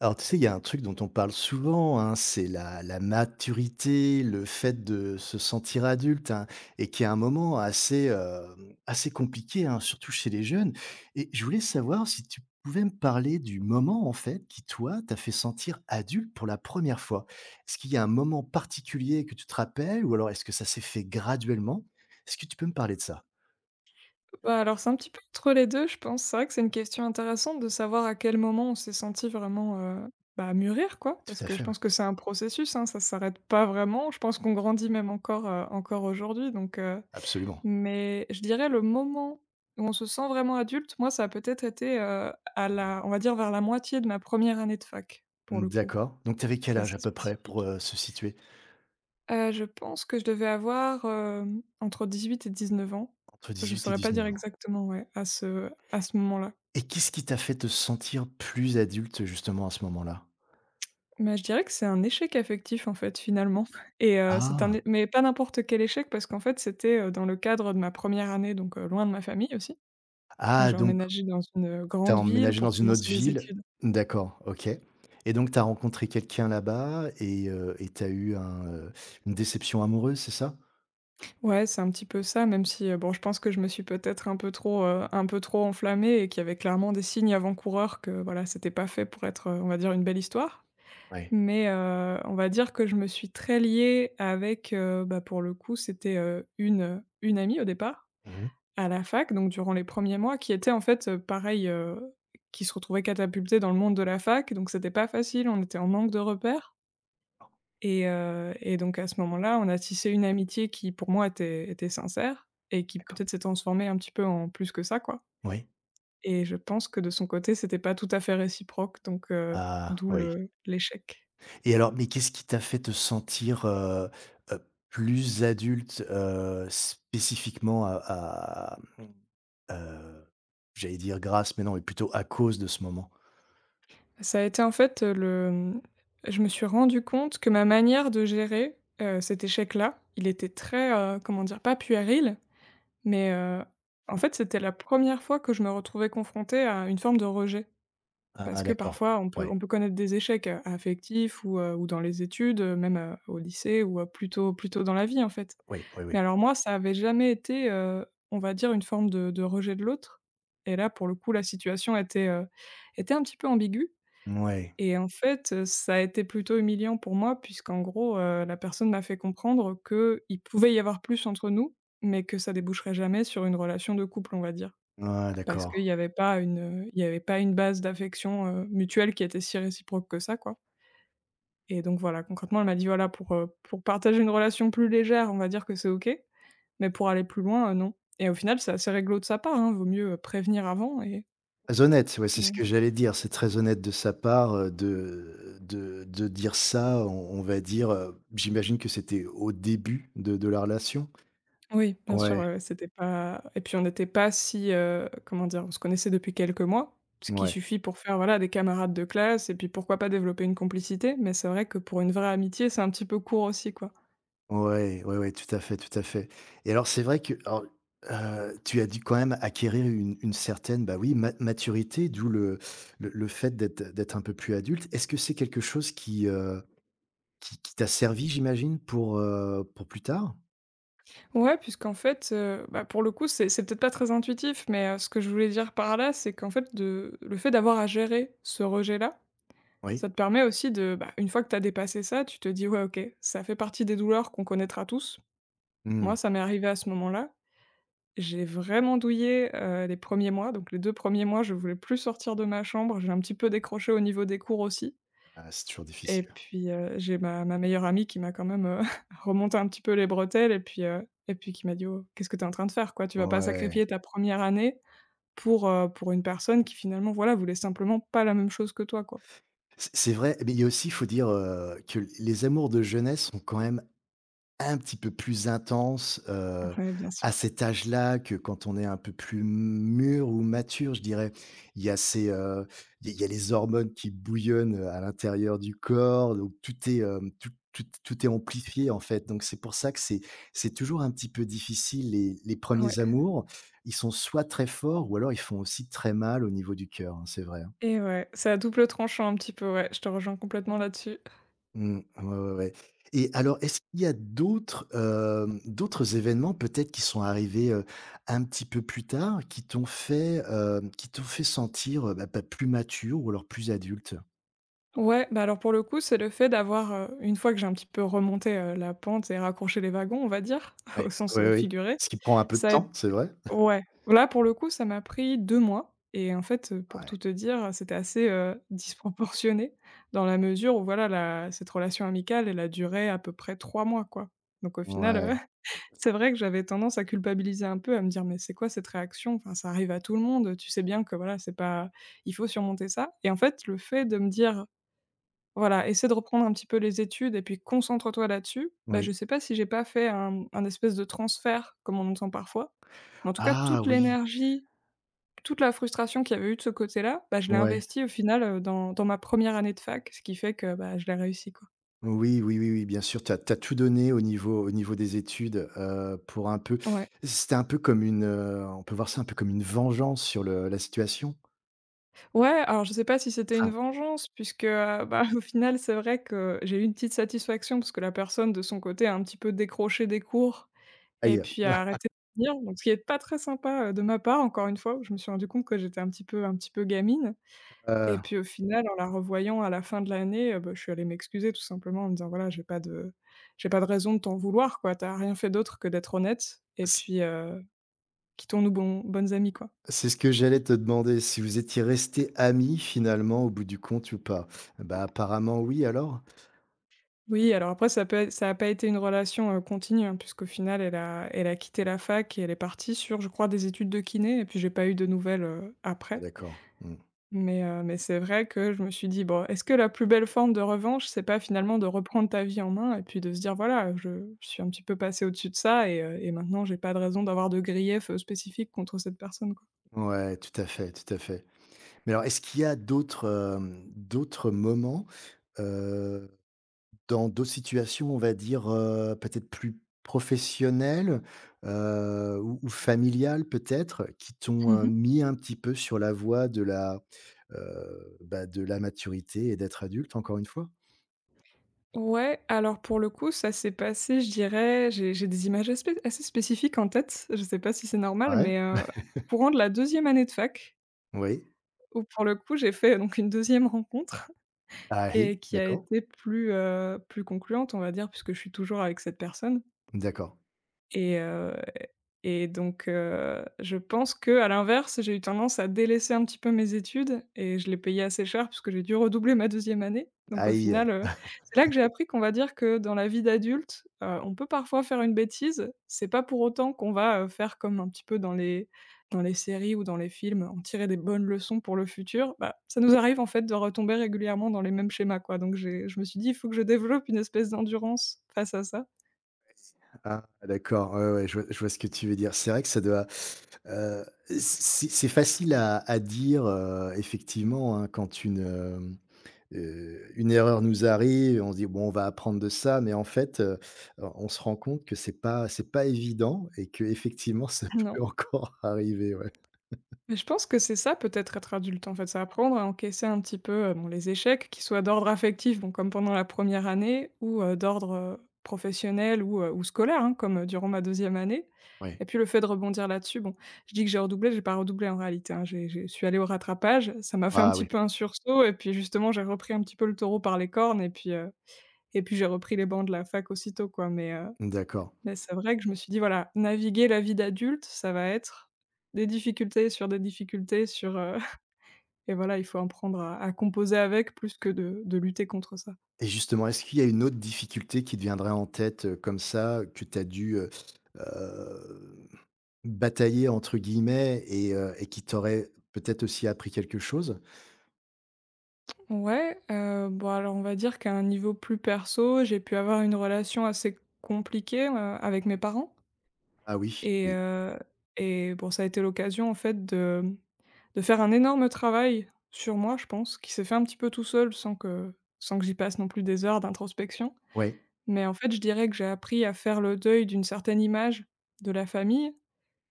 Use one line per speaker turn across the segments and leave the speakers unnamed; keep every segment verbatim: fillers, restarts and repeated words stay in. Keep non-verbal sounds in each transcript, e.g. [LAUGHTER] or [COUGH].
Alors, tu sais, il y a un truc dont on parle souvent, hein, c'est la, la maturité, le fait de se sentir adulte, hein, et qui est un moment assez, euh, assez compliqué, hein, surtout chez les jeunes. Et je voulais savoir si tu pouvais me parler du moment, en fait, qui, toi, t'a fait sentir adulte pour la première fois. Est-ce qu'il y a un moment particulier que tu te rappelles, ou alors est-ce que ça s'est fait graduellement? Est-ce que tu peux me parler de ça?
Bah, alors, c'est un petit peu entre les deux, je pense. C'est vrai que c'est une question intéressante de savoir à quel moment on s'est senti vraiment, heu, bah, mûrir,
Ah,
quoi. Parce
tout à
que je
fait, oui.
pense que c'est un processus, hein, ça s'arrête pas vraiment. Je pense qu'on grandit même encore, heu, encore aujourd'hui donc heu,
Absolument.
mais je dirais le moment où on se sent vraiment adulte, moi, ça a peut-être été, heu, à la on va dire vers la moitié de ma première année de fac, pour le coup.
D'accord. Donc, tu avais quel
C'est
âge à
assez
peu près pour
spécifique.
euh, se situer?
Heu, je pense que je devais avoir, hem, entre huit et dix neuf ans.
Entre
Je
dix-huit et
saurais pas dire
dix-neuf ans.
exactement, ouais, à ce à ce moment-là.
Et qu'est-ce qui t'a fait te sentir plus adulte, justement, à ce moment-là?
Mais je dirais que c'est un échec affectif, en fait, finalement [LAUGHS] et heu, c'est un
Ah!
é mais pas n'importe quel échec parce qu'en fait, c'était, heu, dans le cadre de ma première année, donc heu, loin de ma famille aussi. Donc
Ah,
j'ai
donc
emménagé dans une
tu as
grande ville
emménagé dans
pour
une
commencer
autre
les
ville?
études.
D'accord, OK. Et donc tu as rencontré quelqu'un là-bas et heu et tu as eu un, heu, une déception amoureuse, c'est ça?
Ouais, c'est un petit peu ça, même si, heu, bon, je pense que je me suis peut-être un peu trop, heu, un peu trop enflammée et qu'il y avait clairement des signes avant-coureurs que, voilà, c'était pas fait pour être, heu, on va dire, une belle histoire.
Ouais.
Mais heu, on va dire que je me suis très liée avec, heu, bah, pour le coup, c'était, heu, une, une amie au départ,
Mmh mh.
à la fac, donc durant les premiers mois, qui était en fait, heu, pareil, heu, qui se retrouvait catapultée dans le monde de la fac, donc c'était pas facile, on était en manque de repères. Et heu et donc à ce moment-là, on a tissé une amitié qui, pour moi, était était sincère et qui
D'accord.
peut-être s'est transformée un petit peu en plus que ça, quoi.
Oui.
Et je pense que de son côté, c'était pas tout à fait réciproque, donc heu,
Ah,
d'où
oui.
le l'échec.
Et alors, mais qu'est-ce qui t'a fait te sentir, heu heu, plus adulte, heu, spécifiquement à à, mmh, heu, j'allais dire grâce, mais non, mais plutôt à cause de ce moment?
Ça a été en fait, heu, le, mmh, je me suis rendu compte que ma manière de gérer, heu, cet échec-là, il était très, heu, comment dire? Pas puéril, mais, heu, en fait, c'était la première fois que je me retrouvais confrontée à une forme de rejet.
Ah
Parce que
d'accord.
parfois on peut
Ouais,
on peut connaître des échecs, heu, affectifs ou, heu, ou dans les études, heu, même, heu, au lycée ou, heu, plutôt tôt dans la vie, en fait.
oui, oui,
Mais
oui.
alors moi, ça avait jamais été, heu, on va dire une forme de de rejet de l'autre. Et là, pour le coup, la situation était, heu, était un petit peu ambiguë
Ouais,
et en fait, heu, ça a été plutôt humiliant pour moi puisqu'en gros, heu, la personne m'a fait comprendre qu'il pouvait y avoir plus entre nous, mais que ça déboucherait jamais sur une relation de couple, on va dire.
ouais,
Parce qu'il
d'accord.
y avait pas une, heu, il y avait pas une base d'affection, heu, mutuelle qui était si réciproque que ça, quoi. Et donc voilà, concrètement, elle m'a dit: «Voilà, pour, heu, pour partager une relation plus légère, on va dire que c'est OK, mais pour aller plus loin, heu, non». Et au final, c'est assez réglo de sa part, hein, vaut mieux, heu, prévenir avant et
Très honnête, ouais, c'est ce
mais.
que j'allais dire. C'est très honnête de sa part, heu, de de de dire ça, on on va dire, heu, j'imagine que c'était au début de de la relation?
Oui, bien sûr,
Ouais,
ouais, ouais, c'était pas et puis on n'était pas si, heu, comment dire? On se connaissait depuis quelques mois, ce qui
ouais,
suffit pour faire, voilà, des camarades de classe et puis pourquoi pas développer une complicité, mais c'est vrai que pour une vraie amitié, c'est un petit peu court aussi, quoi.
ouais, ouais, ouais, tout à fait, tout à fait. Et alors c'est vrai que alors, heu, tu as dû quand même acquérir une une certaine, bah, oui, ma maturité, d'où le le le fait d'être d'être un peu plus adulte. Est-ce que c'est quelque chose qui, Qui qui t'a servi, j'imagine, pour, heu, pour plus tard?
Ouais, puisqu'en fait, heu, bah, pour le coup, c'est c'est peut-être pas très intuitif, mais heu, ce que je voulais dire par là, c'est qu'en fait, de le fait d'avoir à gérer ce rejet-là, ça
Oui.
te permet aussi de, bah, une fois que tu as dépassé ça, tu te dis: «Ouais, OK, ça fait partie des douleurs qu'on connaîtra tous». Moi,
Mmh.
ça m'est arrivé à ce moment-là. J'ai vraiment douillé, heu, les premiers mois, donc les deux premiers mois, je voulais plus sortir de ma chambre, j'ai un petit peu décroché au niveau des cours aussi
Ah, c'est toujours
et
difficile.
puis, heu, j'ai ma ma meilleure amie qui m'a quand même, heu, [LAUGHS] remonté un petit peu les bretelles et puis, heu et puis qui m'a dit: «Oh, qu'est-ce que tu es en train de faire, quoi? Tu vas pas
Ouais.
sacrifier ta première année pour, heu, pour une personne qui finalement, voilà, voulait simplement pas la même chose que toi, quoi».
C'est c'est vrai, mais il y a aussi, il faut dire, heu, que les amours de jeunesse sont quand même un petit peu plus intense, heu,
Ouais, bien
à
sûr.
cet âge-là que quand on est un peu plus mûr ou mature, je dirais. Il y a ces, heu, il y a il y a les hormones qui bouillonnent, à l'intérieur du corps, donc tout est, hem, tout tout tout est amplifié, en fait, donc c'est pour ça que c'est c'est toujours un petit peu difficile les les premiers
Ouais
amours. Ils sont soit très forts ou alors ils font aussi très mal au niveau du cœur, hein, c'est vrai.
et ouais, c'est à double tranchant un petit peu, ouais, je te rejoins complètement là-dessus.
Mmh. Ouais, ouais, ouais. Et alors, est-ce qu'il y a d'autres, hem, d'autres événements peut-être qui sont arrivés, heu, un petit peu plus tard, qui t'ont fait, heu, qui t'ont fait sentir, heu, bah, bah, plus mature ou alors plus adulte?
Ouais, bah, alors pour le coup, c'est le fait d'avoir, heu, une fois que j'ai un petit peu remonté, heu, la pente et raccroché les wagons, on va dire, [LAUGHS]
Ouais.
au sens,
Oui,
heu,
oui.
figuré,
Ce qui prend un peu de
ça a été
temps, c'est vrai?
ouais, là, pour le coup, ça m'a pris deux mois et en fait, heu, pour tout
Ouais.
te dire, c'était assez, heu, [LAUGHS] disproportionné dans la mesure où voilà, la cette relation amicale, elle a duré à peu près trois mois, quoi. Donc au final, heu,
Ouais.
[LAUGHS] c'est vrai que j'avais tendance à culpabiliser un peu, à me dire: «Mais c'est quoi cette réaction? Enfin, ça arrive à tout le monde, tu sais bien que voilà, c'est pas il faut surmonter ça» et en fait, le fait de me dire, voilà, essaie de reprendre un petit peu les études et puis concentre-toi là-dessus. Bah,
Oui.
je sais pas si j'ai pas fait un un espèce de transfert comme on entend parfois, mais en tout cas
Ah
toute
oui!
l'énergie, toute la frustration qu'il y avait eu de ce côté-là, bah, je l'ai
Ouais.
investie au final, heu, dans dans ma première année de fac, ce qui fait que, bah, je l'ai réussi, quoi.
Oui, oui, oui, oui, bien sûr, tu as tout donné au niveau au niveau des études, heu, pour un peu
Ouais.
c'était un peu comme une, heu, on peut voir ça un peu comme une vengeance sur le la situation?
Ouais, alors je sais pas si c'était une
Enfin,
vengeance puisque, heu, bah, [LAUGHS] au final, c'est vrai que j'ai eu une petite satisfaction parce que la personne de son côté a un petit peu décroché des cours. Et
ailleurs.
puis à arrêter de lire, donc ce qui est pas très sympa, heu, de ma part, encore une fois. Je me suis rendu compte que j'étais un petit peu un petit peu gamine et
Heu,
puis au final, en la revoyant à la fin de l'année, heu, bah, je suis allée m'excuser tout simplement en me disant: «Voilà, j'ai pas de j'ai pas de raison de t'en vouloir, quoi. Tu as rien fait d'autre que d'être honnête et
c
puis, heu, quittons-nous bon bonnes amies, quoi».
c'est ce que j'allais te demander, si vous étiez restés amis finalement au bout du compte ou pas? Bah, apparemment oui alors?
Oui, alors après ça peut être ça a pas été une relation, heu, continue, hein, puisqu'au final elle a elle a quitté la fac et elle est partie sur, je crois, des études de kiné et puis j'ai pas eu de nouvelles, heu,
Ah
après.
d'accord. Mmh.
Mais heu, mais c'est vrai que je me suis dit: «Bon, est-ce que la plus belle forme de revanche, c'est pas finalement de reprendre ta vie en main et puis de se dire: "Voilà, je je suis un petit peu passé au-dessus de ça et heu, et maintenant j'ai pas de raison d'avoir de grief, heu, spécifique contre cette personne, quoi"?»
Ouais, tout à fait, tout à fait. Mais alors est-ce qu'il y a d'autres, hem, d'autres moments, heu, dans d'autres situations, on va dire, heu, peut-être plus professionnelles, heu, ou ou familiales peut-être, qui t'ont, heu,
Mmh.
mis un petit peu sur la voie de la, heu, bah, de la maturité et d'être adulte encore une fois?
Ouais, alors pour le coup, ça s'est passé, je dirais j'ai j'ai des images aspé assez spécifiques en tête, je sais pas si c'est normal,
Ouais.
mais heu, courant de la deuxième année de fac,
Oui.
où pour le coup, j'ai fait donc une deuxième rencontre [LAUGHS]
Ahi,
et qui a
d'accord.
été plus, heu, plus concluante, on va dire, puisque je suis toujours avec cette personne.
D'accord.
Et heu et donc heu, je pense que à l'inverse, j'ai eu tendance à délaisser un petit peu mes études et je l'ai payé assez cher puisque j'ai dû redoubler ma deuxième année. Donc au
Aïe.
final, heu, c'est là que j'ai appris qu'on va dire que dans la vie d'adulte, heu, on peut parfois faire une bêtise. C'est pas pour autant qu'on va, heu, faire comme un petit peu dans les dans les séries ou dans les films, en tirer des bonnes leçons pour le futur. Bah, ça nous arrive en fait de retomber régulièrement dans les mêmes schémas, quoi. Donc j'ai je me suis dit: «Il faut que je développe une espèce d'endurance face à ça».
Ah d'accord, ouais, ouais, je vois je vois ce que tu veux dire. C'est vrai que ça doit, heu, c'est c'est facile à à dire, heu, effectivement, hein, quand une, hem, heu, une erreur nous arrive, on se dit: «Bon, on va apprendre de ça», mais en fait, heu, on se rend compte que c'est pas c'est pas évident et que effectivement, ça
Ah non,
peut [LAUGHS] encore arriver, ouais.
mais je pense que c'est ça peut-être être adulte, en fait, c'est apprendre à encaisser un petit peu, heu, bon les échecs qui soient d'ordre affectif, bon comme pendant la première année ou, heu, d'ordre, heu, professionnel ou, heu, ou scolaire, hein, comme, heu, durant ma deuxième année
Oui.
et puis le fait de rebondir là-dessus, bon, je dis que j'ai redoublé, j'ai pas redoublé en réalité, hein, j'ai j'ai je suis allée au rattrapage, ça m'a fait un
Ah
petit
oui.
peu un sursaut et puis justement j'ai repris un petit peu le taureau par les cornes et puis, heu et puis j'ai repris les bancs de la fac aussitôt quoi mais, heu
D'accord.
mais c'est vrai que je me suis dit: «Voilà, naviguer la vie d'adulte, ça va être des difficultés sur des difficultés sur, heu» [LAUGHS] et voilà, il faut en prendre à à composer avec plus que de de lutter contre ça.
Et justement, est-ce qu'il y a une autre difficulté qui te viendrait en tête, heu, comme ça, que tu as dû, heu heu, «batailler» entre guillemets et heu et qui t'aurait peut-être aussi appris quelque chose?
Ouais, heu, bon, alors, on va dire qu'à un niveau plus perso, j'ai pu avoir une relation assez compliquée, heu, avec mes parents
Ah oui,
et
oui.
heu et bon, ça a été l'occasion, en fait, de de faire un énorme travail sur moi, je pense, qui s'est fait un petit peu tout seul sans que sans que j'y passe non plus des heures d'introspection.
Ouais,
Mais en fait, je dirais que j'ai appris à faire le deuil d'une certaine image de la famille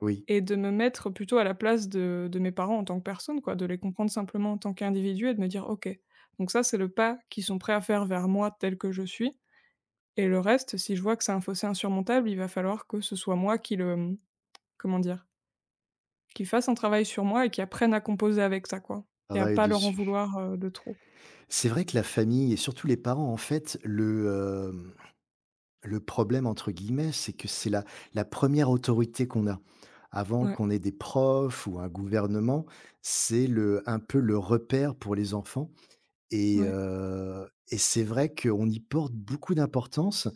oui.
et de me mettre plutôt à la place de de mes parents en tant que personne, quoi, de les comprendre simplement en tant qu'individu et de me dire: «OK, donc ça, c'est le pas qu'ils sont prêts à faire vers moi tel que je suis et le reste, si je vois que c'est un fossé insurmontable, il va falloir que ce soit moi qui le, mmh, comment dire? Qui fasse un travail sur moi et qui apprenne à composer avec ça, quoi et à
Travaille
pas leur en
dessus.
vouloir, heu, de trop».
C'est vrai que la famille et surtout les parents, en fait, le, hem, «le problème» entre guillemets, c'est que c'est la la première autorité qu'on a. Avant
Ouais,
qu'on ait des profs ou un gouvernement, c'est le un peu le repère pour les enfants. Et
ouais,
heu et c'est vrai qu'on y porte beaucoup d'importance,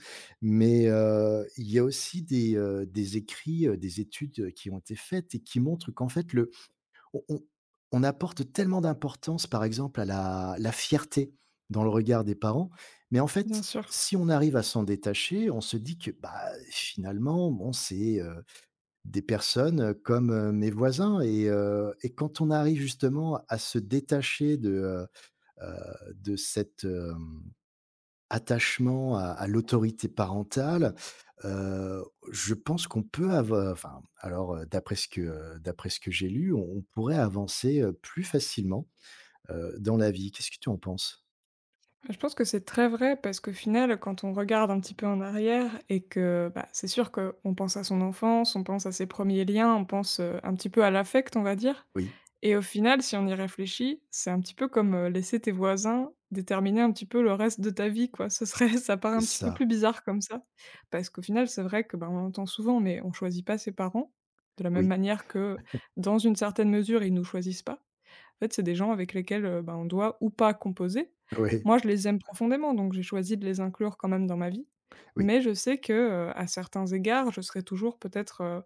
mais heu, il y a aussi des, heu, des écrits, heu, des études, qui ont été faites et qui montrent qu'en fait le on on on apporte tellement d'importance, par exemple, à la la fierté dans le regard des parents, mais en
bien
fait,
sûr.
si on arrive à s'en détacher, on se dit que, bah, finalement, bon, c'est, heu, des personnes, comme, heu, mes voisins et heu et quand on arrive justement à se détacher de, euh, de cet, heu, attachement à à l'autorité parentale, heu, je pense qu'on peut avoir, enfin, alors, heu, d'après ce que, heu, d'après ce que j'ai lu, on on pourrait avancer, heu, plus facilement, heu, dans la vie. Qu'est-ce que tu en penses?
Je pense que c'est très vrai parce qu'au final, quand on regarde un petit peu en arrière et que bah, c'est sûr qu'on pense à son enfance, on pense à ses premiers liens, on pense euh, un petit peu à l'affect, on va dire.
Oui,
Et au final, si on y réfléchit, c'est un petit peu comme euh, laisser tes voisins déterminer un petit peu le reste de ta vie, quoi. Ce serait, [LAUGHS] ça paraît
c'est
un petit peu
ça.
plus bizarre comme ça, parce qu'au final, c'est vrai que bah, on l'entend souvent, mais on choisit pas ses parents de la même
Oui,
manière que, dans une certaine mesure, ils nous choisissent pas. En fait, c'est des gens avec lesquels, heu, bah, on doit ou pas composer.
oui,
Moi, je les aime profondément, donc j'ai choisi de les inclure quand même dans ma vie.
oui,
Mais je sais que, heu, à certains égards, je serai toujours peut-être, heu,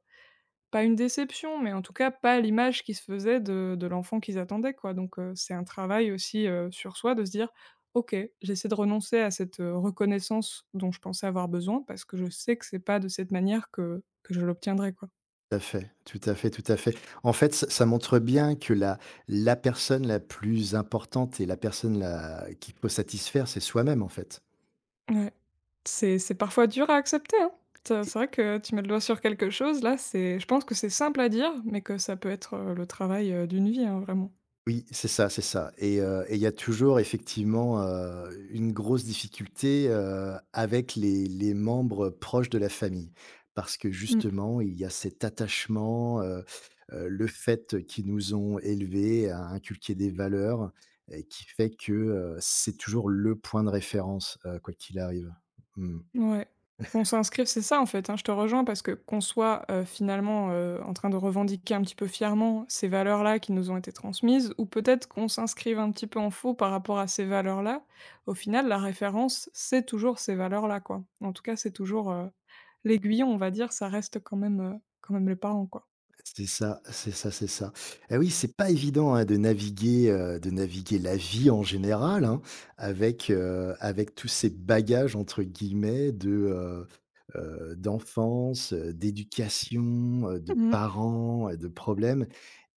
pas une déception, mais en tout cas pas à l'image qui se faisait de de l'enfant qu'ils attendaient, quoi. Donc, heu, c'est un travail aussi, heu, sur soi de se dire: «OK, j'essaie de renoncer à cette, heu, reconnaissance dont je pensais avoir besoin, parce que je sais que c'est pas de cette manière que que je l'obtiendrai», quoi.
tout à fait, tout à fait, tout à fait. En fait, ça ça montre bien que la la personne la plus importante et la personne la qu'il faut satisfaire, c'est soi-même, en fait.
Ouais. C'est c'est parfois dur à accepter, hein. C'est c'est vrai que tu mets le doigt sur quelque chose, là, c'est je pense que c'est simple à dire, mais que ça peut être, heu, le travail, heu, d'une vie, hein, vraiment.
Oui, c'est ça, c'est ça et heu et il y a toujours effectivement, heu, une grosse difficulté, heu, avec les les membres proches de la famille. Parce que
Mmh.
justement, il y a cet attachement, heu heu, le fait qu'ils nous ont élevés, à inculquer des valeurs et qui fait que, heu, c'est toujours le point de référence, heu, quoi qu'il arrive. Mmh.
Ouais. Qu'on s'inscrive, c'est ça, en fait, hein, je te rejoins parce que qu'on soit, heu, finalement, heu, en train de revendiquer un petit peu fièrement ces valeurs-là qui nous ont été transmises ou peut-être qu'on s'inscrive un petit peu en faux par rapport à ces valeurs-là, au final, la référence, c'est toujours ces valeurs-là, quoi. En tout cas, c'est toujours, heu, l'aiguillon, on va dire, ça reste quand même, heu, quand même les parents, quoi.
C'est ça, c'est ça, c'est ça. Eh oui, c'est pas évident, hein, de naviguer, heu, de naviguer la vie en général, hein, avec, heu, avec tous ces «bagages» entre guillemets de, heu heu, d'enfance, heu, d'éducation, heu, de parents, heu, de problèmes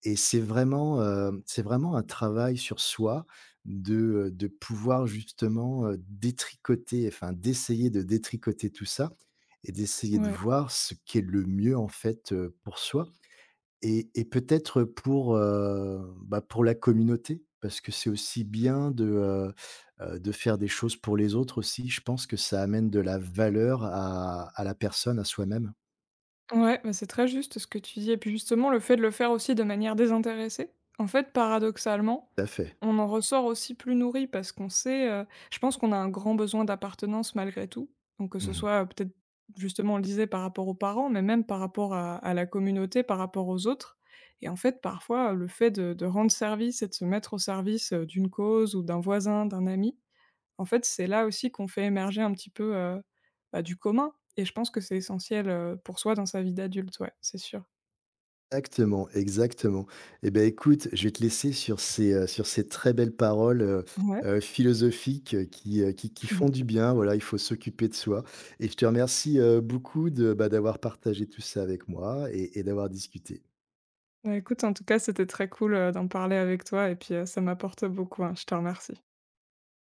et c'est vraiment, heu, c'est vraiment un travail sur soi de, heu, de pouvoir justement, heu, détricoter, enfin d'essayer de détricoter tout ça et d'essayer de
Ouais,
voir ce qui est le mieux en fait, heu, pour soi. Et et peut-être pour, heu, bah, pour la communauté, parce que c'est aussi bien de, heu heu, de faire des choses pour les autres aussi. Je pense que ça amène de la valeur à à la personne, à soi-même.
ouais, bah, c'est très juste ce que tu dis et puis justement le fait de le faire aussi de manière désintéressée, en fait, paradoxalement,
Tout à fait.
on en ressort aussi plus nourri parce qu'on sait, heu, je pense qu'on a un grand besoin d'appartenance malgré tout, donc que ce
Mmh.
soit, heu, peut-être justement on le disait par rapport aux parents, mais même par rapport à à la communauté, par rapport aux autres et en fait parfois, le fait de de rendre service et de se mettre au service, heu, d'une cause ou d'un voisin, d'un ami, en fait, c'est là aussi qu'on fait émerger un petit peu, heu, bah, du commun et je pense que c'est essentiel, heu, pour soi dans sa vie d'adulte, ouais, c'est sûr.
Exactement, exactement. Eh bien, écoute, je vais te laisser sur ces, heu, sur ces très belles paroles, heu
Ouais.
heu, philosophiques, heu, qui, heu, qui qui font du
[LAUGHS]
bien. Voilà, il faut s'occuper de soi et je te remercie, heu, beaucoup de, bah, d'avoir partagé tout ça avec moi et et d'avoir discuté.
Bah, écoute, en tout cas, c'était très cool, heu, d'en parler avec toi et puis, heu, ça m'apporte beaucoup, hein, je te remercie.